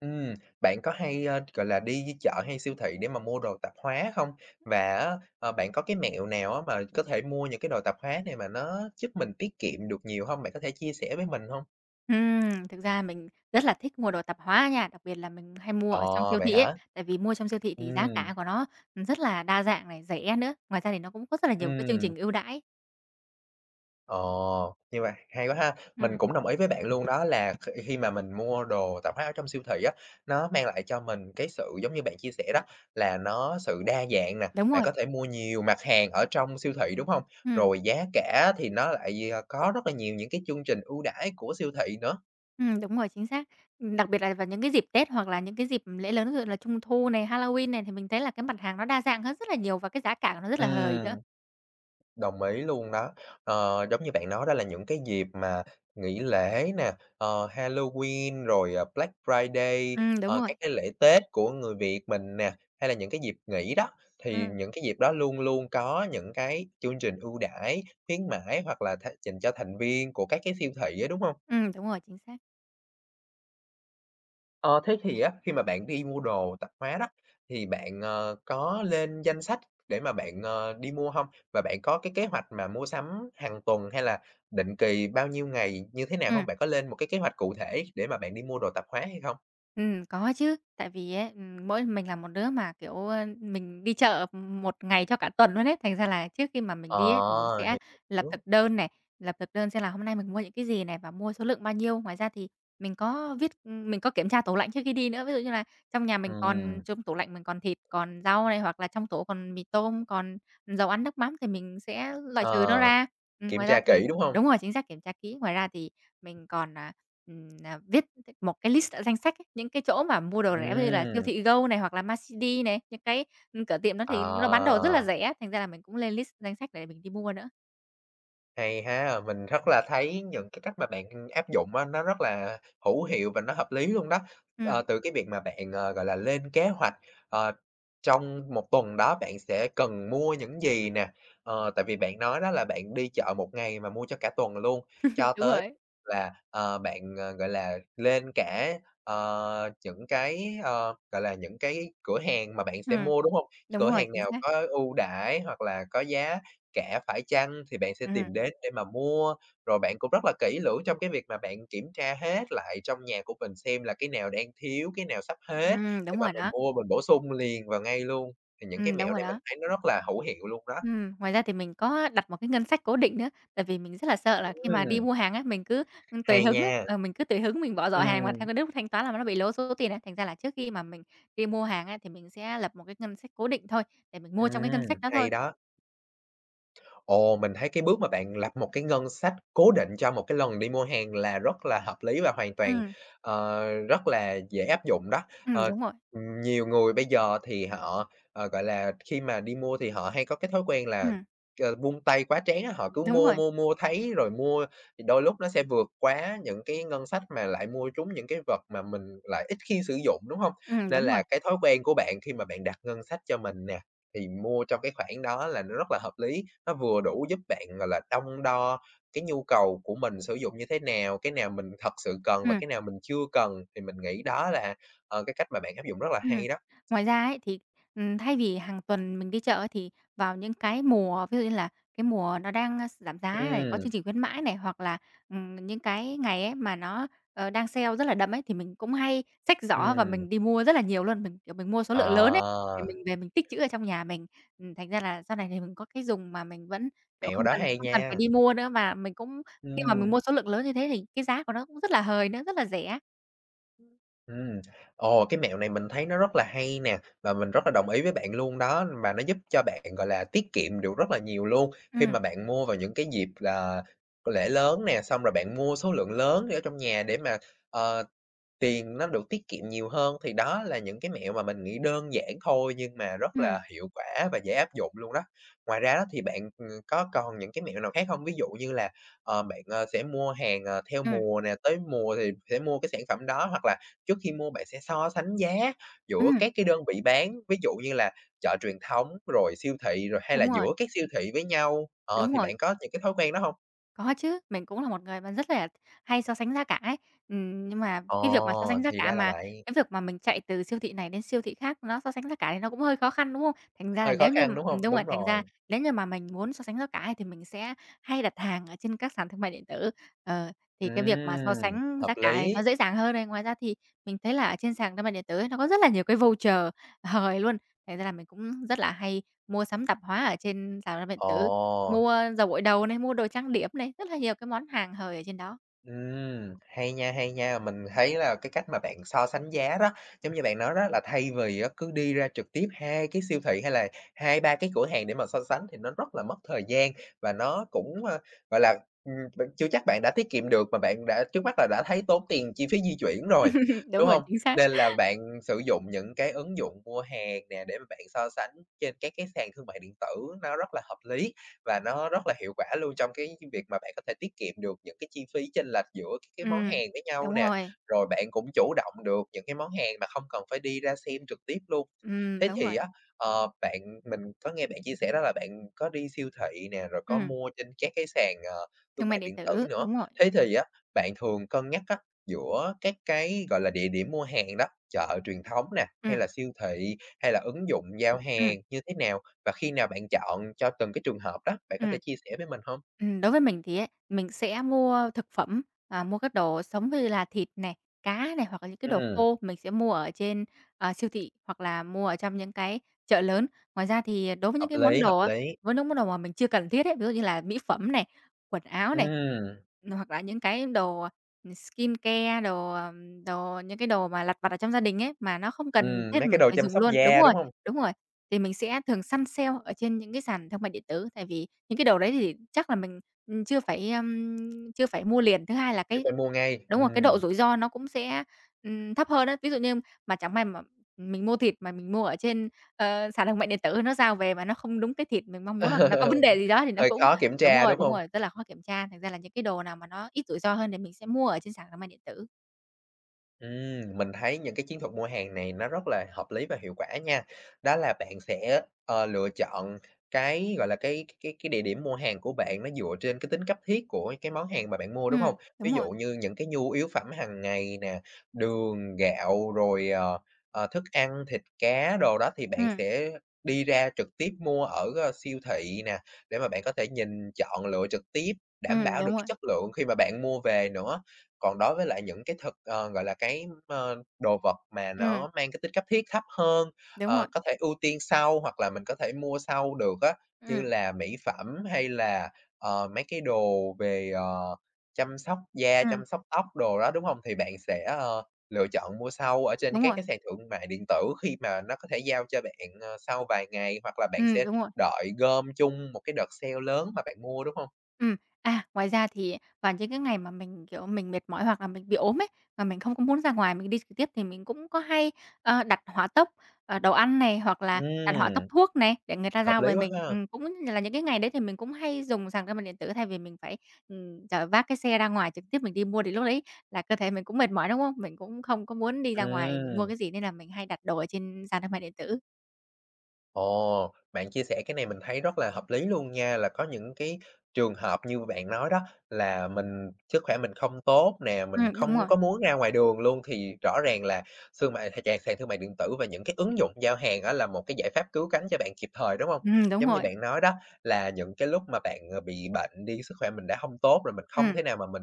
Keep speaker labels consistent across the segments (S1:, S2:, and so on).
S1: Ừm, Bạn có hay, gọi là, đi với chợ hay siêu thị để mà mua đồ tạp hóa không? Và á, bạn có cái mẹo nào á mà có thể mua những cái đồ tạp hóa này mà nó giúp mình tiết kiệm được nhiều không? Bạn có thể chia sẻ với mình không?
S2: Thực ra mình rất là thích mua đồ tạp hóa nha, đặc biệt là mình hay mua ở trong
S1: Ồ
S2: siêu
S1: vậy
S2: thị ấy,
S1: hả?
S2: tại vì mua trong siêu thị
S1: Ừ.
S2: thì giá cả của nó rất là đa dạng này, rẻ nữa, ngoài ra thì nó cũng có rất là nhiều cái chương
S1: Ừm.
S2: trình ưu đãi.
S1: Ồ, như vậy hay quá ha. Mình
S2: Ừm,
S1: cũng đồng ý với bạn luôn đó là khi khi mà mình mua đồ tạp hóa ở trong siêu thị á, nó mang lại cho mình cái sự giống như bạn chia sẻ đó, là nó sự đa dạng nè,
S2: đúng
S1: bạn
S2: rồi,
S1: có thể mua nhiều mặt hàng ở trong siêu thị, đúng không?
S2: ừm,
S1: Rồi giá cả thì nó lại, có rất là nhiều những cái chương trình ưu đãi của siêu thị nữa.
S2: đúng rồi, chính xác. Đặc biệt là vào những cái dịp Tết hoặc là những cái dịp lễ lớn, ví dụ là Trung thu này, Halloween này thì mình thấy là cái mặt hàng nó đa dạng hơn rất là nhiều và cái giá cả của nó rất là hời nữa.
S1: Ừm. Đồng ý luôn đó. Giống như bạn nói đó là những cái dịp mà nghỉ lễ nè, Halloween rồi, Black Friday,
S2: Ừm, đúng rồi,
S1: các cái lễ Tết của người Việt mình nè, hay là những cái dịp nghỉ đó, thì
S2: ừm,
S1: những cái dịp đó luôn luôn có những cái chương trình ưu đãi, khuyến mãi hoặc là dành cho thành viên của các cái siêu thị á, đúng không?
S2: đúng rồi, chính xác.
S1: Ờ, Thế thì á, khi mà bạn đi mua đồ tạp hóa đó, thì bạn, có lên danh sách để mà bạn, đi mua không? Và bạn có cái kế hoạch mà mua sắm hàng tuần hay là định kỳ bao nhiêu ngày như thế nào
S2: Ừm.
S1: không? Bạn có lên một cái kế hoạch cụ thể để mà bạn đi mua đồ tạp hóa hay không?
S2: Có chứ. Tại vì ấy, mỗi mình là một đứa mà, kiểu, mình đi chợ một ngày cho cả tuần luôn ấy. Thành ra là trước khi mà mình đi ấy, thì mình
S1: Ờ,
S2: sẽ lập thực
S1: hiểu.
S2: đơn này, lập thực đơn xem là hôm nay mình mua những cái gì này và mua số lượng bao nhiêu. Ngoài ra thì mình có viết mình có kiểm tra tủ lạnh trước khi đi nữa. Ví dụ như là trong nhà mình còn
S1: Ừm,
S2: trong tủ lạnh mình còn thịt, còn rau này, hoặc là trong tủ còn mì tôm, còn dầu ăn, nước mắm thì mình sẽ loại
S1: ờ,
S2: trừ nó ra.
S1: kiểm
S2: Ngoài ra
S1: tra
S2: thì
S1: kỹ, đúng không?
S2: Đúng rồi, chính xác, kiểm tra kỹ. Ngoài ra thì mình còn, viết một cái list, danh sách ấy, những cái chỗ mà mua đồ rẻ như là siêu
S1: Ừm,
S2: thị Go này hoặc là Marsidi này, cửa tiệm đó thì nó bán đồ rất là
S1: à.
S2: rẻ, thành ra là mình cũng lên list danh sách để mình đi mua nữa.
S1: Hay ha, mình rất là thấy những cái cách mà bạn áp dụng á, nó rất là hữu hiệu và nó hợp lý luôn đó.
S2: Ừm,
S1: Từ cái việc mà bạn, gọi là, lên kế hoạch, ờ, trong một tuần đó bạn sẽ cần mua những gì nè, tại vì bạn nói đó là bạn đi chợ một ngày mà mua cho cả tuần luôn, cho
S2: Đúng
S1: tới
S2: rồi.
S1: là, bạn, gọi là, lên cả, những cái, gọi là, những cái cửa hàng mà bạn sẽ
S2: Ừm,
S1: mua, đúng không? Cửa
S2: đúng rồi,
S1: hàng
S2: chính
S1: nào
S2: xác.
S1: có ưu đãi hoặc là có giá cả phải chăng thì bạn sẽ tìm
S2: Ừm,
S1: đến để mà mua, rồi bạn cũng rất là kỹ lưỡng trong cái việc mà bạn kiểm tra hết lại trong nhà của mình xem là cái nào đang thiếu, cái nào sắp hết để
S2: đúng
S1: mà
S2: rồi
S1: mình
S2: đó,
S1: mua mình bổ sung liền vào ngay luôn. Thì những cái
S2: đúng
S1: mẹo
S2: rồi
S1: này mình
S2: đó.
S1: thấy nó rất là hữu hiệu luôn đó.
S2: Ngoài ra thì mình có đặt một cái ngân sách cố định nữa, tại vì mình rất là sợ là khi mà đi
S1: Ừm,
S2: mua hàng á, mình cứ, tùy
S1: hay
S2: hứng ấy,
S1: nha.
S2: mình cứ tùy hứng mình bỏ giỏ hàng mà theo
S1: Ừm,
S2: cái lúc thanh toán là nó bị lố số tiền ấy. Thành ra là trước khi mà mình đi mua hàng á, thì mình sẽ lập một cái ngân sách cố định thôi, để mình mua trong cái ngân
S1: ừm,
S2: sách đó thôi.
S1: hay đó. Ồ, mình thấy cái bước mà bạn lập một cái ngân sách cố định cho một cái lần đi mua hàng là rất là hợp lý và hoàn toàn,
S2: Ừm,
S1: rất là dễ áp dụng đó. Ờ,
S2: đúng rồi,
S1: Nhiều người bây giờ thì họ, gọi là, khi mà đi mua thì họ hay có cái thói quen là,
S2: ừm,
S1: vung tay quá trán á, họ cứ
S2: đúng
S1: mua,
S2: rồi,
S1: mua, mua thấy rồi mua thì đôi lúc nó sẽ vượt quá những cái ngân sách mà lại mua trúng những cái vật mà mình lại ít khi sử dụng, đúng không? Nên
S2: đúng rồi,
S1: là cái thói quen của bạn khi mà bạn đặt ngân sách cho mình nè, thì mua trong cái khoản đó là nó rất là hợp lý, nó vừa đủ giúp bạn, gọi là, đong đo cái nhu cầu của mình sử dụng như thế nào, cái nào mình thật sự cần và
S2: ừm.
S1: cái nào mình chưa cần, thì mình nghĩ đó là, cái cách mà bạn áp dụng rất là
S2: Ừm.
S1: hay đó.
S2: Ngoài ra ấy thì, Thay vì hàng tuần mình đi chợ ấy, thì vào những cái mùa ví dụ như là cái mùa nó đang, giảm giá này, có
S1: Ừm,
S2: chương trình khuyến mãi này, hoặc là, những cái ngày ấy mà nó, đang sale rất là đậm ấy, thì mình cũng hay xách giỏ và
S1: ừm,
S2: mình đi mua rất là nhiều luôn. Mình, kiểu, mình mua số lượng
S1: ờ,
S2: lớn ấy, để mình về mình tích trữ ở trong nhà mình. Thành ra là sau này thì mình có cái dùng mà mình vẫn, kiểu,
S1: mẹo đó hay
S2: không cần phải
S1: nha,
S2: đi mua nữa, và mình cũng khi mà mình
S1: ừm.
S2: mua số lượng lớn như thế thì cái giá của nó cũng rất là hời nữa, rất là rẻ.
S1: Ừm, ồ, cái mẹo này mình thấy nó rất là hay nè, và mình rất là đồng ý với bạn luôn đó, và nó giúp cho bạn, gọi là, tiết kiệm được rất là nhiều luôn. Khi
S2: Ừm,
S1: mà bạn mua vào những cái dịp là lễ lớn nè, xong rồi bạn mua số lượng lớn ở trong nhà để mà, ờ tiền nó được tiết kiệm nhiều hơn, thì đó là những cái mẹo mà mình nghĩ đơn giản thôi nhưng mà rất
S2: ừm,
S1: là hiệu quả và dễ áp dụng luôn đó. Ngoài ra đó thì bạn, có còn những cái mẹo nào khác không? Ví dụ như là, bạn, sẽ mua hàng, theo
S2: ừm,
S1: mùa nè, tới mùa thì sẽ mua cái sản phẩm đó, hoặc là trước khi mua bạn sẽ so sánh giá giữa
S2: ừm,
S1: các cái đơn vị bán, ví dụ như là chợ truyền thống, rồi siêu thị, rồi hay là
S2: đúng rồi.
S1: giữa các siêu thị với nhau. Ờ,
S2: Đúng
S1: thì
S2: rồi,
S1: bạn có những cái thói quen đó không?
S2: có chứ, mình cũng là một người mà rất là hay so sánh giá cả ấy. Nhưng mà
S1: Ờ,
S2: cái việc mà so sánh giá
S1: thì
S2: cả
S1: ra là
S2: mà
S1: vậy,
S2: cái việc mà mình chạy từ siêu thị này đến siêu thị khác nó so sánh giá cả thì nó cũng hơi khó khăn, đúng không? Thành ra là
S1: hơi khó
S2: nếu như
S1: khăn, đúng không?
S2: đúng rồi,
S1: Đúng
S2: thành ra
S1: rồi.
S2: nếu như mà mình muốn so sánh giá cả ấy thì mình sẽ hay đặt hàng ở trên các sàn thương mại điện tử. Ờ, thì cái việc mà so sánh
S1: Hợp
S2: giá cả này nó
S1: lý.
S2: dễ dàng hơn này. Ngoài ra thì mình thấy là ở trên sàn thương mại điện tử ấy, nó có rất là nhiều cái voucher hời luôn, thành ra là mình cũng rất là hay mua sắm tạp hóa ở trên sàn thương mại điện
S1: Ồ,
S2: tử. Mua dầu gội đầu này, mua đồ trang điểm này, rất là nhiều cái món hàng hời ở trên đó.
S1: hay nha, hay nha. Mình thấy là cái cách mà bạn so sánh giá đó, giống như bạn nói đó, là thay vì á cứ đi ra trực tiếp 2 cái siêu thị hay là 2 3 cái cửa hàng để mà so sánh thì nó rất là mất thời gian và nó cũng, gọi là, bạn chưa chắc bạn đã tiết kiệm được mà bạn đã trước mắt là đã thấy tốn tiền chi phí di chuyển rồi,
S2: Đúng
S1: đúng
S2: rồi,
S1: không?
S2: chính xác.
S1: Nên là bạn sử dụng những cái ứng dụng mua hàng nè để mà bạn so sánh trên các cái sàn thương mại điện tử nó rất là hợp lý. Và nó rất là hiệu quả luôn trong cái việc mà bạn có thể tiết kiệm được những cái chi phí chênh lệch giữa các cái món
S2: Ừm,
S1: hàng với nhau
S2: đúng
S1: nè,
S2: rồi.
S1: rồi bạn cũng chủ động được những cái món hàng mà không cần phải đi ra xem trực tiếp luôn. Thế
S2: Đúng
S1: thì
S2: rồi.
S1: á, bạn mình có nghe bạn chia sẻ đó là bạn có đi siêu thị nè, rồi có
S2: Ừm,
S1: mua trên các cái sàn, thương
S2: thương mại
S1: mại
S2: điện
S1: điện tử
S2: tử,
S1: nữa.
S2: đúng rồi.
S1: Thế thì á, bạn thường cân nhắc á, giữa các cái, gọi là, địa điểm mua hàng đó, chợ truyền thống nè, hay
S2: Ừm,
S1: là siêu thị, hay là ứng dụng giao
S2: ừm.
S1: hàng như thế nào? Và khi nào bạn chọn cho từng cái trường hợp đó, bạn có
S2: Ừm.
S1: thể chia sẻ với mình hông?
S2: Đối với mình thì ấy, mình sẽ mua thực phẩm, mua các đồ sống như là thịt này, cá này, hoặc là những cái đồ
S1: Ừm,
S2: khô mình sẽ mua ở trên, siêu thị hoặc là mua ở trong những cái chợ lớn. Ngoài ra thì đối với những
S1: hợp
S2: cái món
S1: lý, hợp
S2: đồ á,
S1: lý.
S2: với những món đồ mà mình chưa cần thiết ấy, ví dụ như là mỹ phẩm này, quần áo này,
S1: Ừm,
S2: hoặc là những cái đồ, skincare, đồ những cái đồ mà lặt vặt ở trong gia đình ấy, mà nó không cần thiết
S1: mấy cái
S2: mình
S1: đồ
S2: phải
S1: chăm
S2: dùng
S1: sóc
S2: luôn
S1: da, đúng hông?
S2: đúng rồi, thì mình sẽ thường săn sale ở trên những cái sàn thương mại điện tử, tại vì những cái đồ đấy thì chắc là mình, chưa phải mua liền. Thứ hai là
S1: Chứ
S2: cái
S1: phải mua ngay,
S2: đúng rồi, cái
S1: ừm.
S2: độ rủi ro nó cũng sẽ, thấp hơn đó. Ví dụ như mà chẳng may mà mình mua thịt mà mình mua ở trên, sàn thương mại điện tử, nó giao về mà nó không đúng cái thịt mình mong muốn hoặc là nó có vấn đề gì đó thì nó
S1: Hơi
S2: cũng
S1: khó kiểm tra, đúng
S2: đúng
S1: hông?
S2: rồi, rất là khó kiểm tra. Thành ra là những cái đồ nào mà nó ít rủi ro hơn thì mình sẽ mua ở trên sàn thương mại điện tử.
S1: Mình thấy những cái chiến thuật mua hàng này nó rất là hợp lý và hiệu quả nha. Đó là bạn sẽ, lựa chọn cái, gọi là, cái địa điểm mua hàng của bạn nó dựa trên cái tính cấp thiết của cái món hàng mà bạn mua, đúng không? Ví
S2: Đúng rồi.
S1: dụ như những cái nhu yếu phẩm hàng ngày nè, đường, gạo, rồi, thức ăn, thịt cá đồ đó thì bạn
S2: Ừm,
S1: sẽ đi ra trực tiếp mua ở, siêu thị nè, để mà bạn có thể nhìn, chọn lựa trực tiếp, đảm bảo được
S2: đúng
S1: cái
S2: rồi.
S1: chất lượng khi mà bạn mua về nữa. Còn đối với lại những cái gọi là, cái, đồ vật mà
S2: Ừm,
S1: nó mang cái tính cấp thiết thấp hơn,
S2: đúng rồi.
S1: có thể ưu tiên sau hoặc là mình có thể mua sau được á, như
S2: Ừm,
S1: là mỹ phẩm hay là, mấy cái đồ về, chăm sóc da,
S2: ừm,
S1: chăm sóc tóc đồ đó, đúng không? Thì bạn sẽ, lựa chọn mua sau ở trên
S2: đúng
S1: các
S2: rồi.
S1: cái sàn thương mại điện tử khi mà nó có thể giao cho bạn, sau vài ngày, hoặc là bạn sẽ
S2: Đúng rồi.
S1: đợi gom chung một cái đợt sale lớn mà bạn mua, đúng không?
S2: Ừm, À, ngoài ra thì vào những cái ngày mà mình, kiểu, mình mệt mỏi hoặc là mình bị ốm ấy, mà mình không có muốn ra ngoài mình đi trực tiếp thì mình cũng có hay, đặt hỏa tốc, đồ ăn này, hoặc là đặt hỏa tốc
S1: Ừm,
S2: thuốc này, để người ta
S1: hợp
S2: giao về
S1: lý quá
S2: mình.
S1: ha!
S2: Cũng là những cái ngày đấy thì mình cũng hay dùng sàn thương mại điện tử thay vì mình phải, chở vác cái xe ra ngoài trực tiếp mình đi mua, thì lúc đấy là cơ thể mình cũng mệt mỏi, đúng không? Mình cũng không có muốn đi ra ngoài mình mua
S1: Ừm.
S2: cái gì nên là mình hay đặt đồ ở trên sàn thương mại điện tử.
S1: Ồ, bạn chia sẻ cái này mình thấy rất là hợp lý luôn nha, là có những cái trường hợp như bạn nói đó là mình sức khỏe mình không tốt nè, mình
S2: Đúng
S1: không
S2: rồi.
S1: có muốn ra ngoài đường luôn thì rõ ràng là thương mại hay trang sàn thương mại điện tử và những cái ứng dụng giao hàng đó là một cái giải pháp cứu cánh cho bạn kịp thời, đúng không?
S2: Đúng
S1: Giống như
S2: rồi.
S1: bạn nói đó, là những cái lúc mà bạn, bị bệnh đi, sức khỏe mình đã không tốt rồi, mình không
S2: Ừm,
S1: thể nào mà mình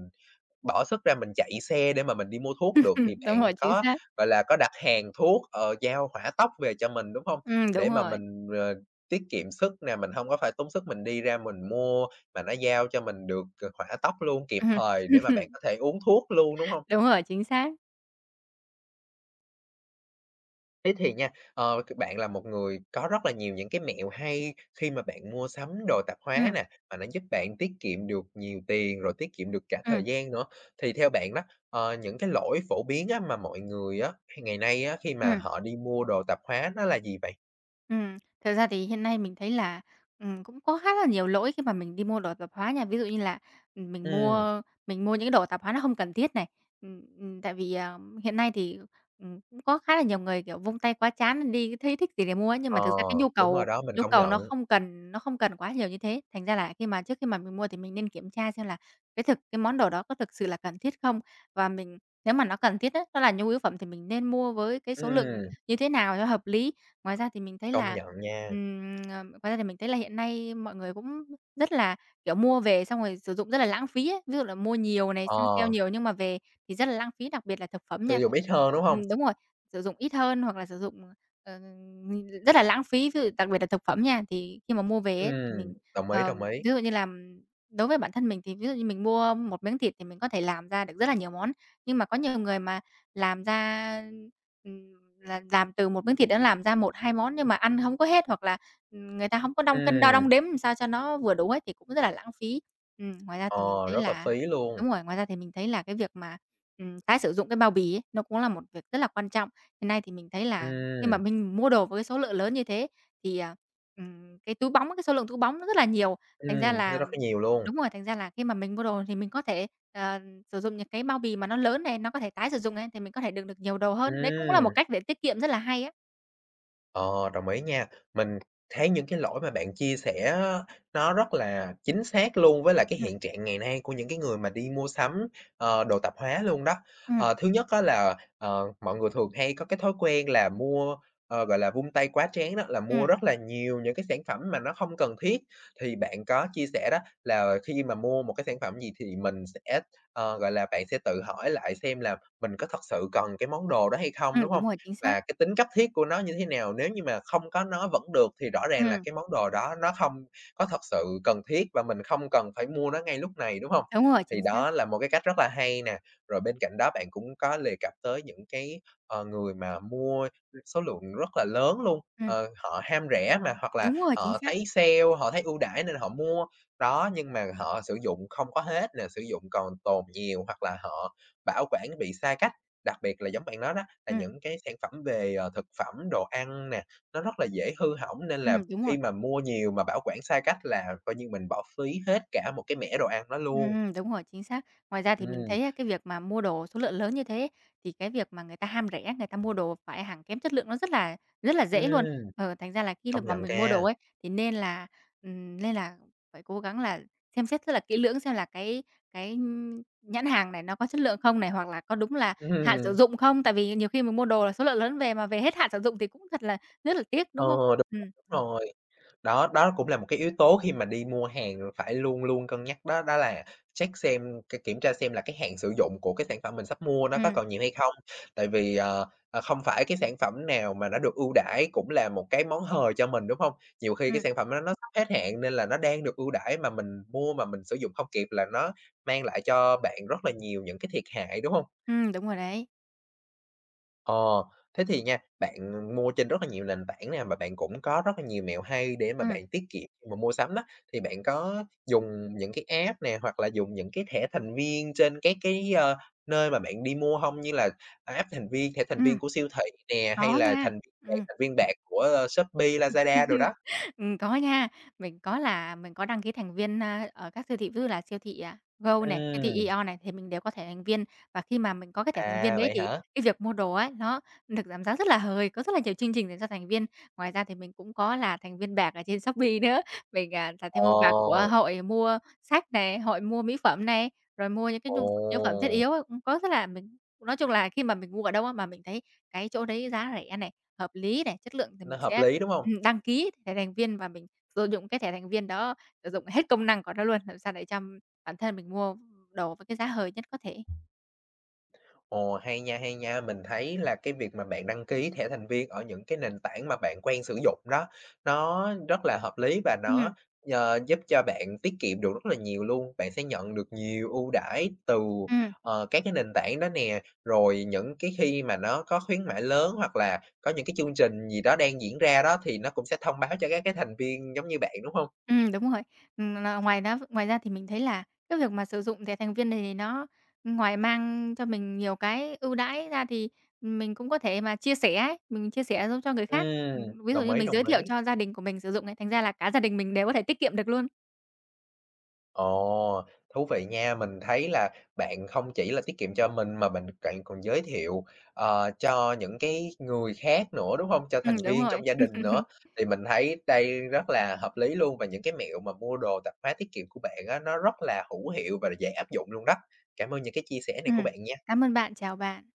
S1: bỏ sức ra mình chạy xe để mà mình đi mua thuốc được thì
S2: đúng
S1: bạn
S2: rồi, chính
S1: có,
S2: xác.
S1: gọi là, có đặt hàng thuốc, giao hỏa tốc về cho mình, đúng không?
S2: Đúng
S1: Để mà
S2: rồi.
S1: mình, tiết kiệm sức nè, mình không có phải tốn sức mình đi ra mình mua, mà nó giao cho mình được, hỏa tốc luôn, kịp
S2: Ừm.
S1: thời để mà bạn có thể uống thuốc luôn, đúng không?
S2: Đúng rồi, chính xác.
S1: Thế thì nha, c bạn là một người có rất là nhiều những cái mẹo hay khi mà bạn mua sắm đồ tạp hóa
S2: Ừm,
S1: nè, mà nó giúp bạn tiết kiệm được nhiều tiền, rồi tiết kiệm được cả thời
S2: ừm,
S1: gian nữa. Thì theo bạn đó, những cái lỗi phổ biến á mà mọi người á, ngày nay á, khi mà
S2: ừm.
S1: họ đi mua đồ tạp hóa nó là gì vậy?
S2: Ừm, Thật ra thì hiện nay mình thấy là, cũng có khá là nhiều lỗi khi mà mình đi mua đồ tạp hóa nha. Ví dụ như là, ừm, mình
S1: Ừ,
S2: mua mình mua những cái đồ tạp hóa nó không cần thiết này. Tại vì, hiện nay thì, cũng có khá là nhiều người, kiểu, vung tay quá chán đi thấy thích gì để mua ấy, nhưng mà
S1: ờ,
S2: thực ra cái nhu
S1: đúng
S2: cầu
S1: rồi đó, mình công
S2: nó
S1: nhận.
S2: không cần quá nhiều như thế. Thành ra là khi mà trước khi mà mình mua thì mình nên kiểm tra xem là cái món đồ đó có thực sự là cần thiết không? Và mình nếu mà nó cần thiết á, nó là nhu yếu phẩm thì mình nên mua với cái số lượng
S1: Ừ.
S2: như thế nào cho hợp lý. Ngoài ra thì mình thấy
S1: Công
S2: là,
S1: nhận nha.
S2: Ngoài ra thì mình thấy là hiện nay mọi người cũng rất là, kiểu, mua về xong rồi sử dụng rất là lãng phí ấy. Ví dụ là mua nhiều này, săn sale
S1: Ờ,
S2: nhiều nhưng mà về thì rất là lãng phí, đặc biệt là thực phẩm
S1: tiêu
S2: nha.
S1: dùng ít hơn, đúng không?
S2: Đúng rồi, sử dụng ít hơn hoặc là sử dụng, ờ, rất là lãng phí, ví dụ đặc biệt là thực phẩm nha. Thì khi mà mua về ấy thì mình,
S1: Đồng ý,
S2: ờ,
S1: đồng ý.
S2: ví dụ như là đối với bản thân mình thì ví dụ như mình mua một miếng thịt thì mình có thể làm ra được rất là nhiều món, nhưng mà có nhiều người mà làm ra ừm, là làm từ một miếng thịt đã làm ra một 2 món nhưng mà ăn không có hết, hoặc là, người ta không có đong cân đo
S1: Ừm,
S2: đong đếm làm sao cho nó vừa đủ ấy thì cũng rất là lãng phí. Ngoài ra thì mình
S1: ờ,
S2: thấy
S1: rất là
S2: là
S1: phí luôn.
S2: đúng rồi, ngoài ra thì mình thấy là cái việc tái sử dụng cái bao bì ấy, nó cũng là một việc rất là quan trọng. Hiện nay thì mình thấy là khi mà
S1: Ừm,
S2: mình mua đồ với cái số lượng lớn như thế thì, cái túi bóng, cái số lượng túi bóng nó rất là nhiều, thành ra
S1: ừm, nó
S2: là
S1: rất là nhiều luôn.
S2: đúng rồi, thành ra là khi mà mình mua đồ thì mình có thể, ờ sử dụng những cái bao bì mà nó lớn này, nó có thể tái sử dụng này, thì mình có thể đựng được nhiều đồ hơn. Đấy cũng là một
S1: Ừm.
S2: cách để tiết kiệm rất là hay á.
S1: Ờ, đồng ý nha. Mình thấy những cái lỗi mà bạn chia sẻ á, nó rất là chính xác luôn với lại cái
S2: Ừm,
S1: hiện trạng ngày nay của những cái người mà đi mua sắm, đồ tạp hóa luôn đó.
S2: ừm,
S1: Ờ, thứ nhất á là, mọi người thường hay có cái thói quen là mua, gọi là, vung tay quá trán đó, là mua
S2: ừm,
S1: rất là nhiều những cái sản phẩm mà nó không cần thiết. Thì bạn có chia sẻ đó là khi mà mua một cái sản phẩm gì thì mình sẽ, gọi là, bạn sẽ tự hỏi lại xem là mình có thật sự cần cái món đồ đó hay không, đúng
S2: đúng
S1: không?
S2: rồi, chính xác.
S1: Và cái tính cấp thiết của nó như thế nào, nếu như mà không có nó vẫn được thì rõ ràng là
S2: Ừm,
S1: cái món đồ đó nó không có thật sự cần thiết và mình không cần phải mua nó ngay lúc này, đúng không?
S2: đúng rồi,
S1: Thì
S2: chính xác.
S1: đó là một cái cách rất là hay nè. Rồi bên cạnh đó bạn cũng có đề cập tới những cái, người mà mua số lượng rất là lớn luôn,
S2: Ừm,
S1: họ ham rẻ mà, hoặc là
S2: đúng rồi, chính
S1: họ
S2: xác.
S1: thấy sale, họ thấy ưu đãi nên họ mua. Đó, nhưng mà họ sử dụng không có hết nè, sử dụng còn tồn nhiều hoặc là họ bảo quản bị sai cách, đặc biệt là giống bạn nói đó, là
S2: Ừm,
S1: những cái sản phẩm về, thực phẩm, đồ ăn nè, nó rất là dễ hư hỏng nên là
S2: đúng rồi.
S1: khi mà mua nhiều mà bảo quản sai cách là coi như mình bỏ phí hết cả một cái mẻ đồ ăn đó luôn.
S2: Đúng rồi, chính xác. Ngoài ra thì mình
S1: Ừm,
S2: thấy á, cái việc mà mua đồ số lượng lớn như thế ấy, thì cái việc mà người ta ham rẻ, người ta mua đồ phải hàng kém chất lượng nó rất là dễ luôn.
S1: ừm,
S2: Ờ, thành ra là khi l
S1: công
S2: mà
S1: nhận
S2: mình mua đồ
S1: nha.
S2: ấy, thì nên là phải cố gắng là xem xét rất là kỹ lưỡng xem là cái nhãn hàng này nó có chất lượng không này, hoặc là có đúng là hạn sử
S1: Ừm,
S2: dụng không? Tại vì nhiều khi mình mua đồ là số lượng lớn về mà về hết hạn sử dụng thì cũng thật là rất là tiếc,
S1: ờ,
S2: đúng không?
S1: đúng rồi,
S2: Ừm,
S1: đúng rồi. Đó, đó cũng là một cái yếu tố khi mà đi mua hàng phải luôn luôn cân nhắc đó, đó là check xem c kiểm tra xem là cái hạn sử dụng của cái sản phẩm mình sắp mua nó có
S2: ừm,
S1: còn nhiều hay không. Tại vì, không phải cái sản phẩm nào mà nó được ưu đãi cũng là một cái món hời cho mình, đúng không? Nhiều khi cái
S2: ừm,
S1: sản phẩm nó sắp hết hạn nên là nó đang được ưu đãi mà mình mua mà mình sử dụng không kịp là nó mang lại cho bạn rất là nhiều những cái thiệt hại, đúng không?
S2: đúng rồi đấy.
S1: Ờ, thế thì nha, bạn mua trên rất là nhiều nền tảng nè, mà bạn cũng có rất là nhiều mẹo hay để mà
S2: Ừm,
S1: bạn tiết kiệm khi mà mua sắm đó, thì bạn có dùng những cái app nè, hoặc là dùng những cái thẻ thành viên trên các cái, nơi mà bạn đi mua hông? Như là app thành viên, thẻ thành
S2: ừm,
S1: viên của siêu thị nè, hay
S2: có
S1: là
S2: nha.
S1: thành viên vàng,
S2: Ừm.
S1: thành viên bạc của, Shopee, Lazada đồ đó?
S2: Có nha. Mình có đăng ký thành viên, ở các siêu thị, ví dụ là siêu thị, à, Go này, siêu thị
S1: Ừm,
S2: Aeon này thì mình đều có thẻ thành viên. Và khi mà mình có cái thẻ thành viên
S1: à,
S2: đấy
S1: vậy
S2: thì
S1: hả?
S2: cái việc mua đồ ấy, nó được giảm giá rất là hời, có rất là nhiều chương trình dành cho thành viên. Ngoài ra thì mình cũng có là thành viên bạc ở trên Shopee nữa. Mình, à, là thành viên bạc của
S1: Ồ,
S2: hội mua sách này, hội mua mỹ phẩm này, rồi mua những cái
S1: ồ,
S2: nhu nhu yếu phẩm thiết yếu ấy, cũng có rất là mình nói chung là khi mà mình mua ở đâu á mà mình thấy cái chỗ đấy giá rẻ này, hợp lý này, chất lượng thì
S1: nó
S2: mình
S1: hợp
S2: sẽ,
S1: lý, đúng không?
S2: đăng ký thẻ thành viên và mình sử dụng cái thẻ thành viên đó, sử dụng hết công năng của nó luôn, làm sao để cho bản thân mình mua đồ với cái giá hời nhất có thể.
S1: Ồ, hay nha, hay nha. Mình thấy là cái việc mà bạn đăng ký thẻ thành viên ở những cái nền tảng mà bạn quen sử dụng đó, nó rất là hợp lý và
S2: Ừm,
S1: nó, giúp cho bạn tiết kiệm được rất là nhiều luôn. Bạn sẽ nhận được nhiều ưu đãi từ,
S2: ừm.
S1: các cái nền tảng đó nè, rồi những cái khi mà nó có khuyến mãi lớn hoặc là có những cái chương trình gì đó đang diễn ra đó thì nó cũng sẽ thông báo cho các cái thành viên giống như bạn, đúng không?
S2: Đúng rồi. Là ngoài ra thì mình thấy là cái việc mà sử dụng thẻ thành viên này thì nó ngoài mang cho mình nhiều cái ưu đãi ra thì mình cũng có thể mà chia sẻ ấy, mình chia sẻ giúp cho người khác.
S1: Ừm,
S2: Ví dụ
S1: đồng
S2: như
S1: ý,
S2: mình
S1: đồng
S2: giới thiệu
S1: ý.
S2: cho gia đình của mình sử dụng ấy, thành ra là cả gia đình mình đều có thể tiết kiệm được luôn.
S1: Ồ, thú vị nha. Mình thấy là bạn không chỉ là tiết kiệm cho mình mà bạn bạn còn giới thiệu, cho những cái người khác nữa, đúng không? Cho thành
S2: Đúng
S1: viên
S2: rồi.
S1: trong gia đình nữa, thì mình thấy đây rất là hợp lý luôn và những cái mẹo mà mua đồ tạp hóa tiết kiệm của bạn á, nó rất là hữu hiệu và dễ áp dụng luôn đó. Cảm ơn những cái chia sẻ này của
S2: Ừm,
S1: bạn nha.
S2: cảm ơn bạn, chào bạn.